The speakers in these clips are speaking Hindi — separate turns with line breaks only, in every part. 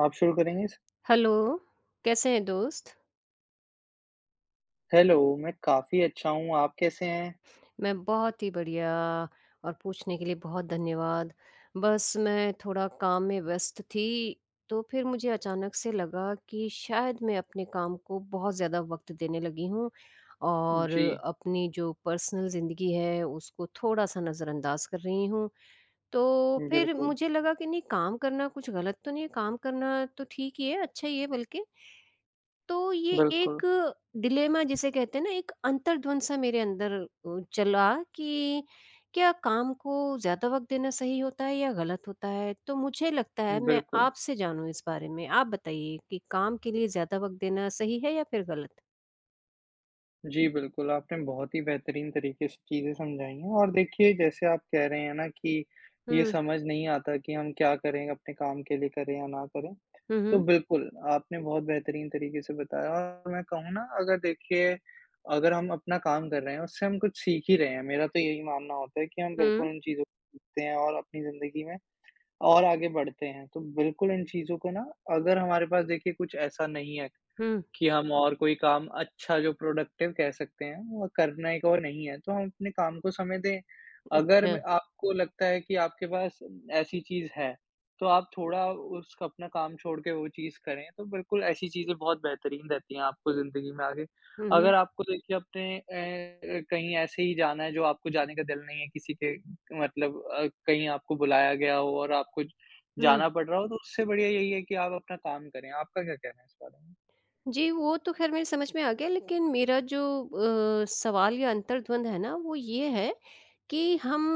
आप शुरू करेंगे इस।
हेलो, कैसे हैं दोस्त?
हेलो, मैं काफ़ी अच्छा हूँ, आप कैसे हैं?
मैं बहुत ही बढ़िया और पूछने के लिए बहुत धन्यवाद। बस मैं थोड़ा काम में व्यस्त थी, तो फिर मुझे अचानक से लगा कि शायद मैं अपने काम को बहुत ज़्यादा वक़्त देने लगी हूँ और
जी,
अपनी जो पर्सनल ज़िंदगी है, उसको थोड़ा-सा नज़रअंदाज़ कर रही हूँ। तो फिर
बिल्कुल,
मुझे लगा कि नहीं काम करना कुछ गलत तो नहीं है, काम करना तो ठीक ही है, अच्छा ही है बल्कि। तो ये एक
बिल्कुल,
डिलेमा जिसे कहते हैं ना एक अंतर्द्वंद सा मेरे अंदर चला कि क्या काम को ज़्यादा वक़्त देना सही होता है या गलत होता है? तो मुझे लगता है मैं
बिल्कुल।
आपसे जानूँ इस बारे में। आप बताइए कि काम के लिए ज़्यादा वक़्त देना सही है या फिर गलत?
जी, बिल्कुल, आपने बहुत ही बेहतरीन तरीके से चीज़ें समझाई हैं और देखिए जैसे आप कह रहे हैं ना कि ये
हुँ।
समझ नहीं आता कि हम क्या करें, अपने काम के लिए करें या ना करें।
हुँ,
तो
हुँ।
बिल्कुल, आपने बहुत बेहतरीन तरीके से बताया और मैं कहूँ ना अगर देखिए, अगर हम अपना काम कर रहे हैं, उससे हम कुछ सीख ही रहे हैं, मेरा तो यही मानना होता है कि हम बिल्कुल
हुँ,
उन चीज़ों को सीखते हैं और अपनी ज़िंदगी में और आगे बढ़ते हैं। तो बिल्कुल इन चीज़ों को ना अगर हमारे पास देखिए कुछ ऐसा नहीं है
हुँ।
कि हम और कोई काम अच्छा जो प्रोडक्टिव कह सकते हैं, वो करने को नहीं है, तो हम अपने काम को समय दें। अगर
अच्छा।
म आपको लगता है कि आपके पास ऐसी चीज़ है, तो आप थोड़ा उस अपना काम छोड़ के वो चीज़ करें, तो बिल्कुल ऐसी चीज़ें बहुत बेहतरीन रहती हैं आपको ज़िंदगी में आगे।
हुँ, हुँ।
अगर आपको देखिए अपने कहीं ऐसे ही जाना है जो आपको जाने का दिल नहीं है किसी के मतलब कहीं आपको बुलाया गया हो और आपको
हुँ।
जाना पड़ रहा हो, तो उससे बढ़िया यही है कि आप अपना काम करें। आपका क्या कहना है इस बारे में?
जी, वो तो ख़ैर मेरे समझ में आ गया लेकिन मेरा जो सवाल या अंतर्द्वंद है ना वो ये है कि हम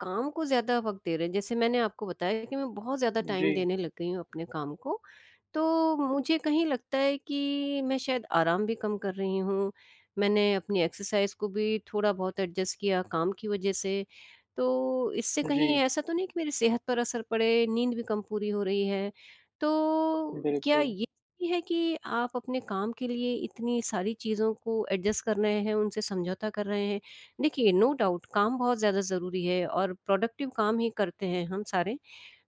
काम को ज़्यादा वक़्त दे रहे हैं। जैसे मैंने आपको बताया कि मैं बहुत ज़्यादा
जी।
टाइम देने लग गई हूँ अपने काम को, तो मुझे कहीं लगता है कि मैं शायद आराम भी कम कर रही हूँ। मैंने अपनी एक्सरसाइज़ को भी थोड़ा बहुत एडजस्ट किया काम की वज़ह से, तो इससे
जी,
कहीं ऐसा तो नहीं कि मेरी सेहत पर असर पड़े, नींद भी कम पूरी हो रही है। तो क्या
बिल्कुल।
ये है कि आप अपने काम के लिए इतनी सारी चीज़ों को एडजस्ट कर रहे हैं, उनसे समझौता कर रहे हैं। देखिए, नो डाउट काम बहुत ज़्यादा ज़रूरी है और प्रोडक्टिव काम ही करते हैं हम सारे।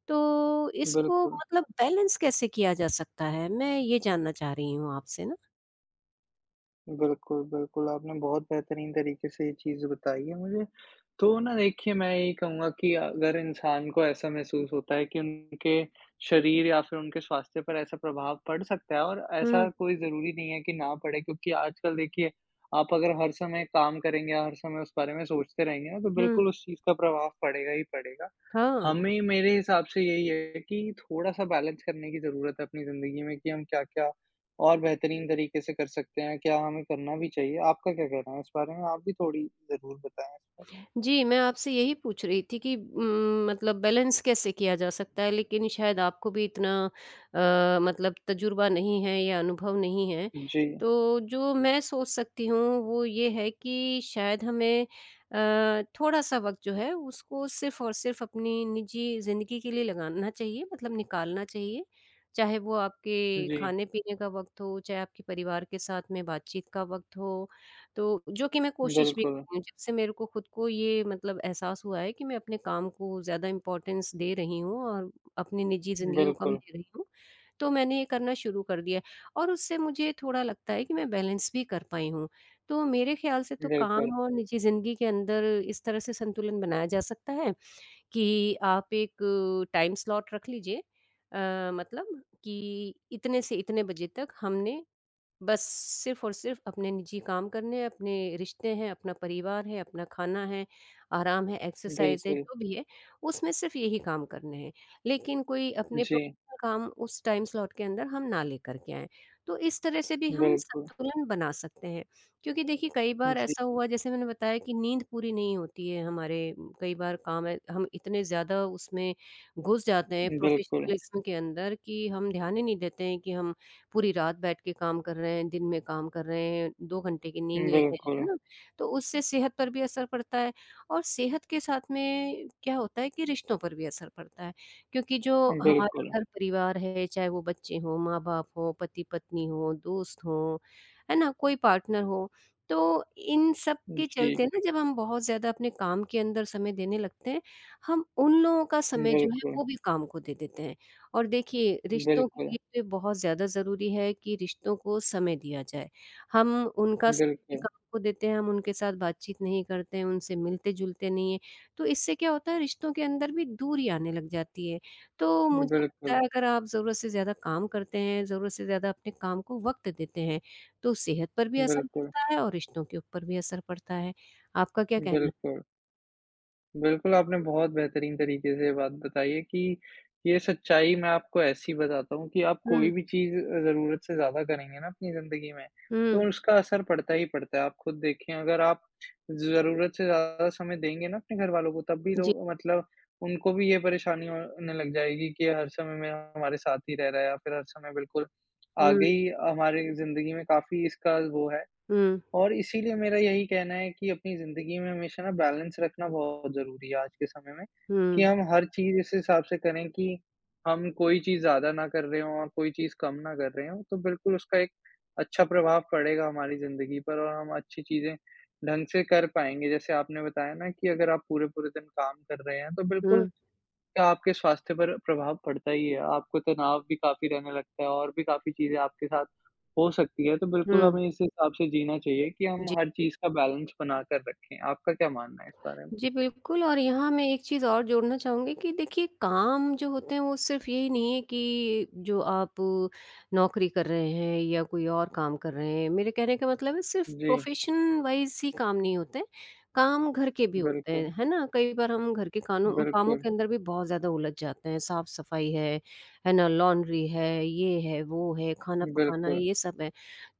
तो इसको
बिल्कुल,
मतलब बैलेंस कैसे किया जा सकता है? मैं ये जानना चाह रही हूँ आपसे ना।
बिल्कुल, आपने बहुत बेहतरीन तरीके से ये चीज़ बताई है मुझे। तो ना देखिए मैं यही कहूँगा कि अगर इंसान को ऐसा महसूस होता है कि उनके शरीर या फिर उनके स्वास्थ्य पर ऐसा प्रभाव पड़ सकता है और ऐसा
हुँ,
कोई ज़रूरी नहीं है कि ना पड़े क्योंकि आजकल देखिए आप अगर हर समय काम करेंगे या हर समय उस बारे में सोचते रहेंगे ना, तो
हुँ।
बिल्कुल उस चीज़ का प्रभाव पड़ेगा ही पड़ेगा।
हाँ।
हमें मेरे हिसाब से यही है कि थोड़ा-सा बैलेंस करने की ज़रूरत है अपनी ज़िंदगी में कि हम क्या-क्या और बेहतरीन तरीके से कर सकते हैं, क्या हमें करना भी चाहिए? आपका क्या कहना है इस बारे में? आप भी थोड़ी ज़रूर बताएँ इस बारे में।
जी, मैं आपसे यही पूछ रही थी कि मतलब बैलेंस कैसे किया जा सकता है? लेकिन शायद आपको भी इतना मतलब तजुर्बा नहीं है या अनुभव नहीं है।
जी,
तो जो मैं सोच सकती हूँ वो ये है कि शायद हमें थोड़ा-सा वक़्त जो है उसको सिर्फ़ और सिर्फ़ अपनी निजी ज़िंदगी के लिए लगाना चाहिए मतलब निकालना चाहिए। चाहे वो आपके
जी,
खाने-पीने का वक़्त हो, चाहे आपके परिवार के साथ में बातचीत का वक़्त हो, तो जो कि मैं कोशिश भी
बिल्कुल,
हूँ, जब से मेरे को खुद को ये मतलब एहसास हुआ है कि मैं अपने काम को ज़्यादा इम्पोर्टेंस दे रही हूँ और अपनी निजी ज़िंदगी को कम
बिल्कुल,
दे रही हूँ, तो मैंने ये करना शुरू कर दिया है और उससे मुझे थोड़ा लगता है कि मैं बैलेंस भी कर पाई हूँ। तो मेरे ख़्याल से तो
बिल्कुल,
काम और निजी ज़िंदगी के अंदर इस तरह से संतुलन बनाया जा सकता है कि आप एक टाइम स्लॉट रख लीजिए मतलब कि इतने से इतने बजे तक हमने बस सिर्फ़ और सिर्फ़ अपने निजी काम करने हैं, अपने रिश्ते हैं, अपना परिवार है, अपना खाना है, आराम है, एक्सरसाइज़ है,
बिल्कुल,
जो भी है, उसमें सिर्फ़ यही काम करने हैं। लेकिन कोई अपने
जी,
प्रोफ़ेशनल काम उस टाइम स्लॉट के अंदर हम ना लेकर के आएँ। तो इस तरह से भी हम
बिल्कुल,
संतुलन बना सकते हैं। क्योंकि देखिए कई बार
जी,
ऐसा हुआ जैसे मैंने बताया कि नींद पूरी नहीं होती है हमारे कई बार काम है हम इतने ज़्यादा उसमें घुस जाते हैं
बिल्कुल,
प्रोफ़ेशनलिज़्म के अंदर कि हम ध्यान ही नहीं देते हैं कि हम पूरी रात बैठ के काम कर रहे हैं, दिन में काम कर रहे हैं, 2 घंटे की नींद ले रहे हैं,
बिल्कुल,
है ना? तो उससे सेहत पर भी असर पड़ता है और सेहत के साथ में क्या होता है कि रिश्तों पर भी असर पड़ता है क्योंकि जो
बिल्कुल,
हमारा घर परिवार है, चाहे वो बच्चे हों, माँ-बाप हों, पति-पत्नी हों, दोस्त हों, है ना? कोई पार्टनर हो, तो इन सब के
जी,
चलते ना जब हम बहुत ज़्यादा अपने काम के अंदर समय देने लगते हैं, हम उन लोगों का समय जो है
बिल्कुल,
वो भी काम को दे देते हैं। और देखिए रिश्तों के लिए
बिल्कुल,
तो ये बहुत ज़्यादा ज़रूरी है कि रिश्तों को समय दिया जाए। हम उनका समय भी
बिल्कुल,
काम को देते हैं, हम उनके साथ बातचीत नहीं करते हैं, उनसे मिलते-जुलते नहीं हैं, तो इससे क्या होता है रिश्तों के अंदर भी दूरी आने लग जाती है। तो मुझे लगता
बिल्कुल,
है अगर आप ज़रूरत से ज़्यादा काम करते हैं, ज़रूरत से ज़्यादा अपने काम को वक़्त देते हैं, तो सेहत पर भी असर
बिल्कुल,
पड़ता है और रिश्तों के ऊपर भी असर पड़ता है। आपका क्या कहना है?
बिल्कुल। बिल्कुल, आपने बहुत बेहतरीन तरीके से ये बात बताई है कि ये सच्चाई मैं आपको ऐसी बताता हूँ कि आप कोई
हुँ,
भी चीज़ ज़रूरत से ज़्यादा करेंगे ना अपनी ज़िंदगी में,
हुँ,
तो उसका असर पड़ता ही पड़ता है। आप खुद देखें अगर आप ज़रूरत से ज़्यादा समय देंगे ना अपने घरवालों को तब भी लो
जी।
मतलब उनको भी ये परेशानी होने लग जाएगी कि ये हर समय में हमारे साथ ही रह रहा है या फिर हर समय बिल्कुल
हुँ,
आगे ही हमारी ज़िंदगी में काफ़ी इसका वो है।
हुँ,
और इसीलिए मेरा यही कहना है कि अपनी ज़िंदगी में हमेशा ना बैलेंस रखना बहुत ज़रूरी है आज के समय में, कि
हुँ,
हम हर चीज़ इस हिसाब से करें कि हम कोई चीज़ ज़्यादा ना कर रहे हों और कोई चीज़ कम ना कर रहे हों, तो बिल्कुल उसका एक अच्छा प्रभाव पड़ेगा हमारी ज़िंदगी पर और हम अच्छी चीज़ें ढंग से कर पाएँगे। जैसे आपने बताया ना कि अगर आप पूरे-पूरे दिन काम कर रहे हैं, तो बिल्कुल
हुँ,
का आपके स्वास्थ्य पर प्रभाव पड़ता ही है। आपको तनाव भी काफ़ी रहने लगता है और भी काफ़ी चीज़ें आपके साथ हो सकती है। तो
हुँ,
बिल्कुल हमें इस हिसाब से जीना चाहिए कि हम
जी।
हर चीज़ का बैलेंस बना कर रखें। आपका क्या मानना है इस बारे में?
जी, बिल्कुल और यहाँ मैं एक चीज़ और जोड़ना चाहूँगी कि देखिए काम जो होते हैं वो सिर्फ़ यही नहीं है कि जो आप नौकरी कर रहे हैं या कोई और काम कर रहे हैं। मेरे कहने का मतलब है सिर्फ़
जी,
प्रोफ़ेशन वाइज़ ही काम नहीं होते हैं, काम घर के भी होते
बिल्कुल,
हैं, है ना? कई बार हम घर के कानों कामों
बिल्कुल,
के अंदर भी बहुत ज़्यादा उलझ जाते हैं, साफ़-सफ़ाई है ना? लॉन्ड्री है, ये है, वो है, खाना पकाना है,
बिल्कुल,
ये सब है।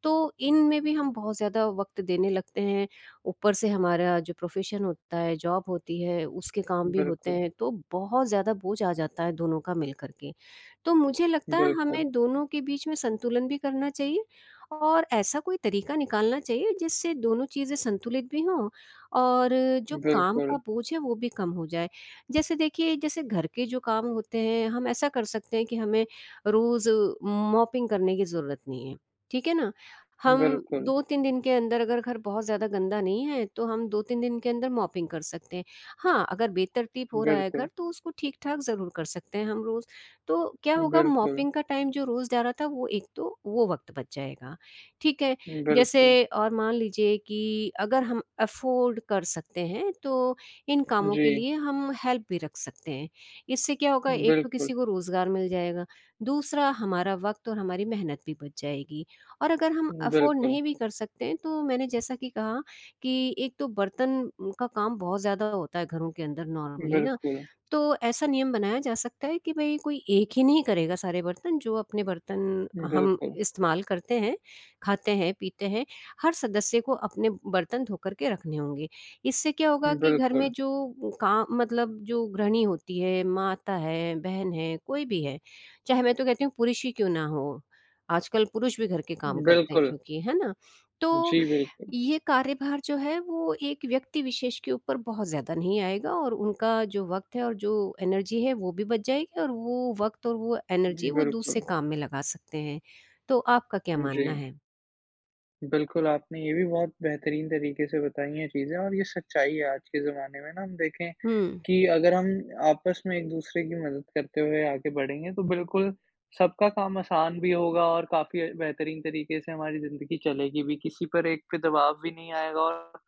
तो इनमें भी हम बहुत ज़्यादा वक़्त देने लगते हैं ऊपर से हमारा जो प्रोफेशन होता है, जॉब होती है, उसके काम भी होते
बिल्कुल,
हैं, तो बहुत ज़्यादा बोझ आ जाता है दोनों का मिल कर के। तो मुझे लगता है
बिल्कुल,
हमें दोनों के बीच में संतुलन भी करना चाहिए और ऐसा कोई तरीका निकालना चाहिए जिससे दोनों चीज़ें संतुलित भी हों और जो काम का
बिल्कुल,
बोझ है वो भी कम हो जाए। जैसे देखिए जैसे घर के जो काम होते हैं, हम ऐसा कर सकते हैं कि हमें रोज़ मॉपिंग करने की ज़रूरत नहीं है, ठीक है ना? हम
बिल्कुल,
2-3 दिन के अंदर अगर घर बहुत ज़्यादा गंदा नहीं है, तो हम 2-3 दिन के अंदर मॉपिंग कर सकते हैं। हाँ, अगर बेतरतीब हो रहा है घर
बिल्कुल,
तो उसको ठीक-ठाक ज़रूर कर सकते हैं हम रोज़। तो क्या होगा
बिल्कुल,
मॉपिंग का टाइम जो रोज़ जा रहा था वो एक तो वो वक़्त बच जाएगा, ठीक है?
बिल्कुल।
जैसे और मान लीजिए कि अगर हम अफ़ोर्ड कर सकते हैं तो इन कामों
जी,
के लिए हम हेल्प भी रख सकते हैं। इससे क्या होगा एक तो
बिल्कुल,
किसी को रोज़गार मिल जाएगा, दूसरा हमारा वक़्त और हमारी मेहनत भी बच जाएगी। और अगर हम अफ़ोर्ड
बिल्कुल,
नहीं भी कर सकते हैं तो मैंने जैसा कि कहा कि एक तो बर्तन का काम बहुत ज़्यादा होता है घरों के अंदर नॉर्मली ना
बिल्कुल,
तो ऐसा नियम बनाया जा सकता है कि भई कोई एक ही नहीं करेगा सारे बर्तन, जो अपने बर्तन हम
बिल्कुल,
इस्तेमाल करते हैं, खाते हैं, पीते हैं, हर सदस्य को अपने बर्तन धोकर के रखने होंगे। इससे क्या होगा कि घर में
बिल्कुल,
जो काम मतलब जो गृहिणी होती है, माता है, बहन है, कोई भी है, चाहे मैं तो कहती हूँ पुरुष ही क्यों ना हो, आजकल पुरुष भी घर के काम करते हैं
बिल्कुल।
क्योंकि, है ना? तो
जी, बिल्कुल,
ये कार्यभार जो है वो एक व्यक्ति विशेष के ऊपर बहुत ज़्यादा नहीं आएगा और उनका जो वक़्त है और जो एनर्जी है वो भी बच जाएगी और वो वक़्त और वो एनर्जी वो दूसरे
बिल्कुल।
काम में लगा सकते हैं। तो आपका क्या
जी,
मानना है?
बिल्कुल, आपने ये भी बहुत बेहतरीन तरीके से बताई हैं चीज़ें और ये सच्चाई है आज के ज़माने में ना हम देखें
हुँ,
कि अगर हम आपस में एक-दूसरे की मदद करते हुए आगे बढ़ेंगे तो बिल्कुल सबका काम आसान भी होगा और काफ़ी बेहतरीन तरीके से हमारी ज़िंदगी चलेगी भी, किसी पर एक पे दबाव भी नहीं आएगा और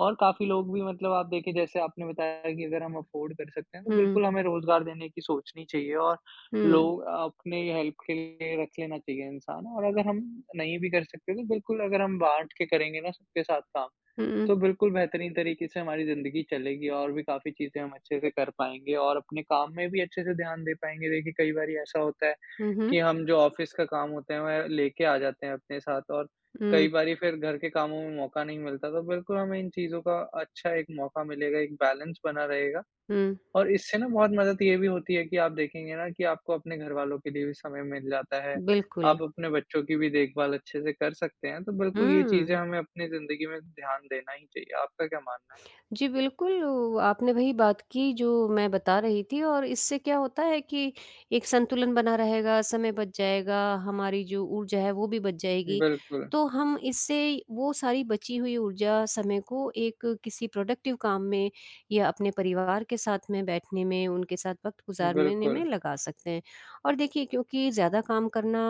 काफ़ी लोग भी मतलब आप देखिए जैसे आपने बताया कि अगर हम अफ़ोर्ड कर सकते हैं तो
हुँ,
बिल्कुल हमें रोज़गार देने की सोचनी चाहिए और
हुँ,
लोग अपनी हेल्प के लिए रख लेना चाहिए इंसान और अगर हम नहीं भी कर सकते तो बिल्कुल अगर हम बाँट के करेंगे ना सबके साथ काम,
हुँ,
तो बिल्कुल बेहतरीन तरीके से हमारी ज़िंदगी चलेगी और भी काफ़ी चीज़ें हम अच्छे से कर पाएँगे और अपने काम में भी अच्छे से ध्यान दे पाएँगे। देखिए, कई बारी ऐसा होता है
हुँ, हुँ,
कि हम जो ऑफ़िस का काम होता है, वह लेके आ जाते हैं अपने साथ और
हुँ,
कई बारी फिर घर के कामों में मौका नहीं मिलता, तो बिल्कुल हमें इन चीज़ों का अच्छा एक मौका मिलेगा, एक बैलेंस बना रहेगा
हुँ,
और इससे ना बहुत मदद ये भी होती है कि आप देखेंगे ना कि आपको अपने घरवालों के लिए भी समय मिल जाता है।
बिल्कुल।
आप अपने बच्चों की भी देखभाल अच्छे से कर सकते हैं, तो बिल्कुल ये चीज़ें
हुँ।
हमें अपनी ज़िंदगी में ध्यान देना ही चाहिए। आपका क्या मानना है?
जी, बिल्कुल, वो आपने वही बात की जो मैं बता रही थी और इससे क्या होता है कि एक संतुलन बना रहेगा, समय बच जाएगा, हमारी जो ऊर्जा है वो भी बच जाएगी।
बिल्कुल,
तो हम इससे वो सारी बची हुई ऊर्जा, समय को एक किसी प्रोडक्टिव काम में या अपने परिवार के साथ में बैठने में, उनके साथ वक़्त गुज़ारने में
बिल्कुल,
लगा सकते हैं। और देखिए क्योंकि ज़्यादा काम करना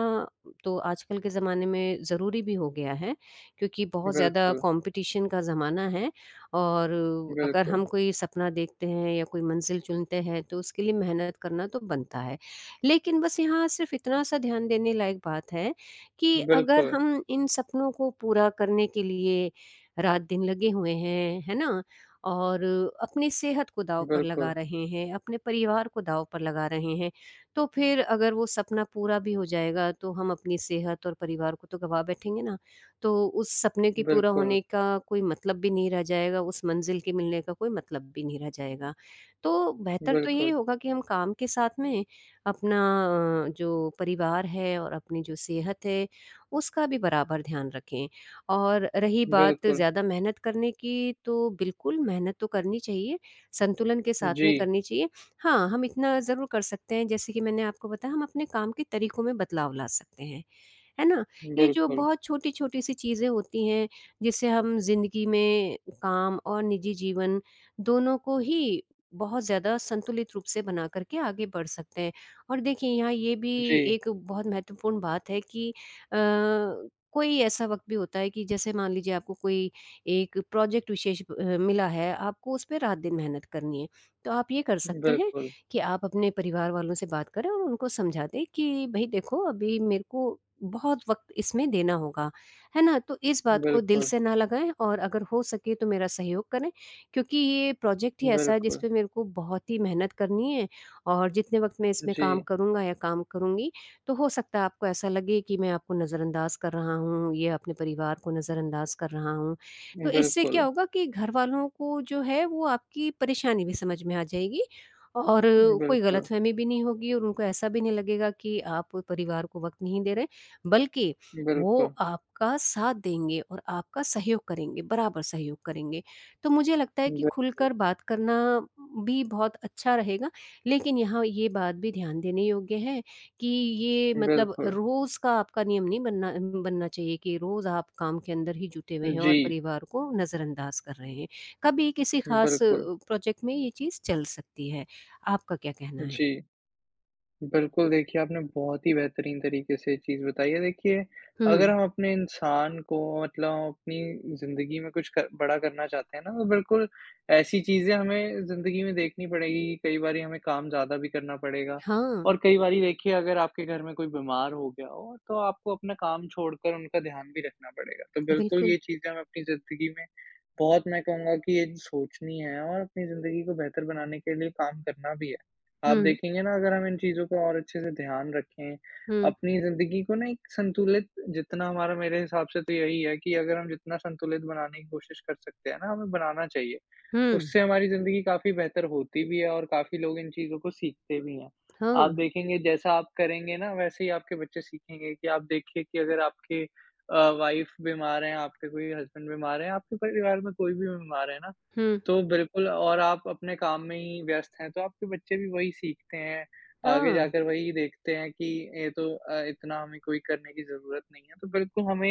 तो आजकल के ज़माने में ज़रूरी भी हो गया है, क्योंकि बहुत ज़्यादा
बिल्कुल,
कॉम्पिटिशन का ज़माना है और अगर
बिल्कुल,
हम कोई सपना देखते हैं या कोई मंजिल चुनते हैं तो उसके लिए मेहनत करना तो बनता है। लेकिन बस यहाँ सिर्फ़ इतना सा ध्यान देने लायक बात है कि अगर
बिल्कुल,
हम इन सपनों को पूरा करने के लिए रात-दिन लगे हुए हैं, है ना? और अपनी सेहत को दाँव पर लगा
बिल्कुल,
रहे हैं, अपने परिवार को दाँव पर लगा रहे हैं, तो फिर अगर वो सपना पूरा भी हो जाएगा तो हम अपनी सेहत और परिवार को तो गँवा बैठेंगे ना। तो उस सपने के पूरा
बिल्कुल,
होने का कोई मतलब भी नहीं रह जाएगा, उस मंज़िल के मिलने का कोई मतलब भी नहीं रह जाएगा। तो बेहतर तो यही
बिल्कुल,
होगा कि हम काम के साथ में अपना जो परिवार है और अपनी जो सेहत है, उसका भी बराबर ध्यान रखें। और रही बात
बिल्कुल।
ज़्यादा मेहनत करने की, तो बिल्कुल मेहनत तो करनी चाहिए, संतुलन के साथ में
जी,
करनी चाहिए। हाँ, हम इतना ज़रूर कर सकते हैं जैसे कि मैंने आपको बताया हम अपने काम के तरीकों में बदलाव ला सकते हैं। है ना? ये जो
बिल्कुल,
बहुत छोटी-छोटी सी चीज़ें होती हैं जिससे हम ज़िंदगी में काम और निजी जीवन दोनों को ही बहुत ज़्यादा संतुलित रूप से बना कर के आगे बढ़ सकते हैं। और देखिए यहाँ ये भी
जी,
एक बहुत महत्वपूर्ण बात है कि अ, कोई ऐसा वक़्त भी होता है कि जैसे मान लीजिए आपको कोई एक प्रोजेक्ट विशेष मिला है, आपको उस पे रात-दिन मेहनत करनी है। तो आप ये कर सकते हैं
बिल्कुल,
कि आप अपने परिवार वालों से बात करें और उनको समझा दें कि भई देखो अभी मेरे को बहुत वक़्त इसमें देना होगा, है ना? तो इस बात को दिल
बिल्कुल,
से ना लगाएँ और अगर हो सके तो मेरा सहयोग करें क्योंकि ये प्रोजेक्ट ही ऐसा है जिस
बिल्कुल,
पे मेरे को बहुत ही मेहनत करनी है और जितने वक़्त मैं इसमें काम
जी,
करूँगा या काम करूँगी, तो हो सकता है आपको ऐसा लगे कि मैं आपको नज़रअंदाज़ कर रहा हूँ, या अपने परिवार को नज़रअंदाज़ कर रहा हूँ। तो इससे क्या
बिल्कुल,
होगा कि घर वालों को जो है वो आपकी परेशानी भी समझ में आ जाएगी और कोई
बिल्कुल,
गलतफ़हमी भी नहीं होगी और उनको ऐसा भी नहीं लगेगा कि आप परिवार को वक़्त नहीं दे रहे, बल्कि वो
बिल्कुल,
आपका साथ देंगे और आपका सहयोग करेंगे, बराबर सहयोग करेंगे। तो मुझे लगता है कि
बिल्कुल।
खुलकर बात करना भी बहुत अच्छा रहेगा, लेकिन यहाँ ये बात भी ध्यान देने योग्य है कि ये मतलब
बिल्कुल।
रोज़ का आपका नियम नहीं बनना बनना चाहिए कि रोज़ आप काम के अंदर ही जुटे हुए हैं
जी,
और परिवार को नज़रअंदाज़ कर रहे हैं। कभी किसी ख़ास
बिल्कुल।
प्रोजेक्ट में ये चीज़ चल सकती है। आपका क्या कहना है?
जी। बिल्कुल, देखिए आपने बहुत ही बेहतरीन तरीके से ये चीज़ बताई है। देखिए,
हुँ।
अगर हम अपने इंसान को मतलब हम अपनी ज़िंदगी में कुछ कर बड़ा करना चाहते हैं ना, तो बिल्कुल ऐसी चीज़ें हमें ज़िंदगी में देखनी पड़ेगी। कई बारी हमें काम ज़्यादा भी करना पड़ेगा
हाँ,
और कई बारी देखिए अगर आपके घर में कोई बीमार हो गया हो, तो आपको अपना काम छोड़कर उनका ध्यान भी रखना पड़ेगा। तो बिल्कुल
बिल्कुल।
ये चीज़ें हमें अपनी ज़िंदगी में बहुत मैं कहूँगा कि ये सोचनी है और अपनी ज़िंदगी को बेहतर बनाने के लिए काम करना भी है। आप
हुँ,
देखेंगे ना अगर हम इन चीज़ों को और अच्छे से ध्यान रखें,
हुँ,
अपनी ज़िंदगी को ना एक संतुलित जितना हमारा मेरे हिसाब से तो यही है कि अगर हम जितना संतुलित बनाने की कोशिश कर सकते हैं ना, हमें बनाना चाहिए।
हुँ,
उससे हमारी ज़िंदगी काफ़ी बेहतर होती भी है और काफ़ी लोग इन चीज़ों को सीखते भी हैं। आप
हाँ,
देखेंगे जैसा आप करेंगे ना वैसे ही आपके बच्चे सीखेंगे कि आप देखिए कि अगर आपके वाइफ़ बीमार हैं, आपके कोई हस्बैंड बीमार हैं, आपके परिवार में कोई भी बीमार है ना,
हुँ,
तो बिल्कुल और आप अपने काम में ही व्यस्त हैं, तो आपके बच्चे भी वही सीखते हैं। आगे
हाँ।
जाकर वही देखते हैं कि ये तो इतना हमें कोई करने की ज़रूरत नहीं है। तो बिल्कुल हमें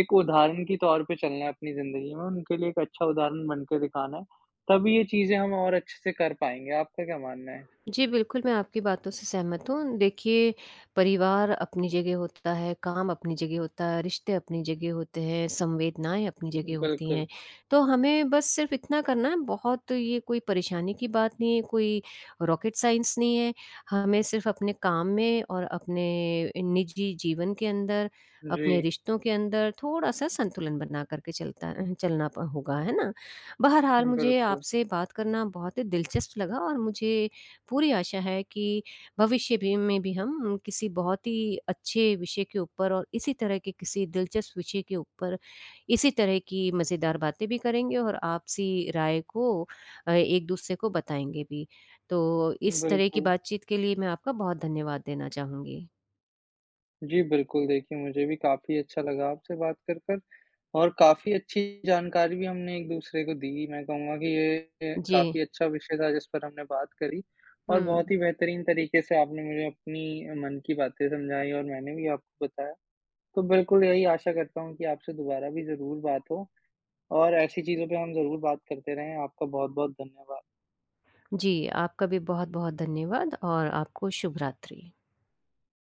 एक उदाहरण के तौर पे चलना है अपनी ज़िंदगी में, उनके लिए एक अच्छा उदाहरण बन के दिखाना है। तभी ये चीज़ें हम और अच्छे से कर पाएँगे, आपका क्या मानना है?
जी, बिल्कुल, मैं आपकी बातों से सहमत हूँ। देखिए, परिवार अपनी जगह होता है, काम अपनी जगह होता है, रिश्ते अपनी जगह होते हैं, संवेदनाएँ अपनी जगह होती हैं।
बिल्कुल,
तो हमें बस सिर्फ़ इतना करना है, बहुत ये कोई परेशानी की बात नहीं है, कोई रॉकेट साइंस नहीं है। हमें सिर्फ़ अपने काम में और अपने निजी जीवन के अंदर,
जी,
अपने रिश्तों के अंदर थोड़ा-सा संतुलन बना कर के चलना प होगा, है ना? बहरहाल,
बिल्कुल,
मुझे आपसे बात करना बहुत ही दिलचस्प लगा और मुझे पूरी आशा है कि भविष्य भी में भी हम किसी बहुत ही अच्छे विषय के ऊपर और इसी तरह के किसी दिलचस्प विषय के ऊपर इसी तरह की मज़ेदार बातें भी करेंगे और आपसी राय को एक दूसरे को बताएँगे भी। तो इस तरह की
बिल्कुल।
बातचीत के लिए मैं आपका बहुत धन्यवाद देना चाहूँगी।
जी, बिल्कुल, देखिए मुझे भी काफ़ी अच्छा लगा आपसे बात कर कर और काफ़ी अच्छी जानकारी भी हमने एक-दूसरे को दी। मैं कहूँगा कि ये
जी।
काफ़ी अच्छा विषय था जिस पर हमने बात करी और
हुँ।
बहुत ही बेहतरीन तरीके से आपने मुझे अपनी मन की बातें समझाई और मैंने भी आपको बताया। तो बिल्कुल यही आशा करता हूँ कि आपसे दोबारा भी ज़रूर बात हो और ऐसी चीज़ों पे हम ज़रूर बात करते रहें। आपका बहुत-बहुत धन्यवाद।
जी, आपका भी बहुत-बहुत धन्यवाद और आपको शुभ रात्रि।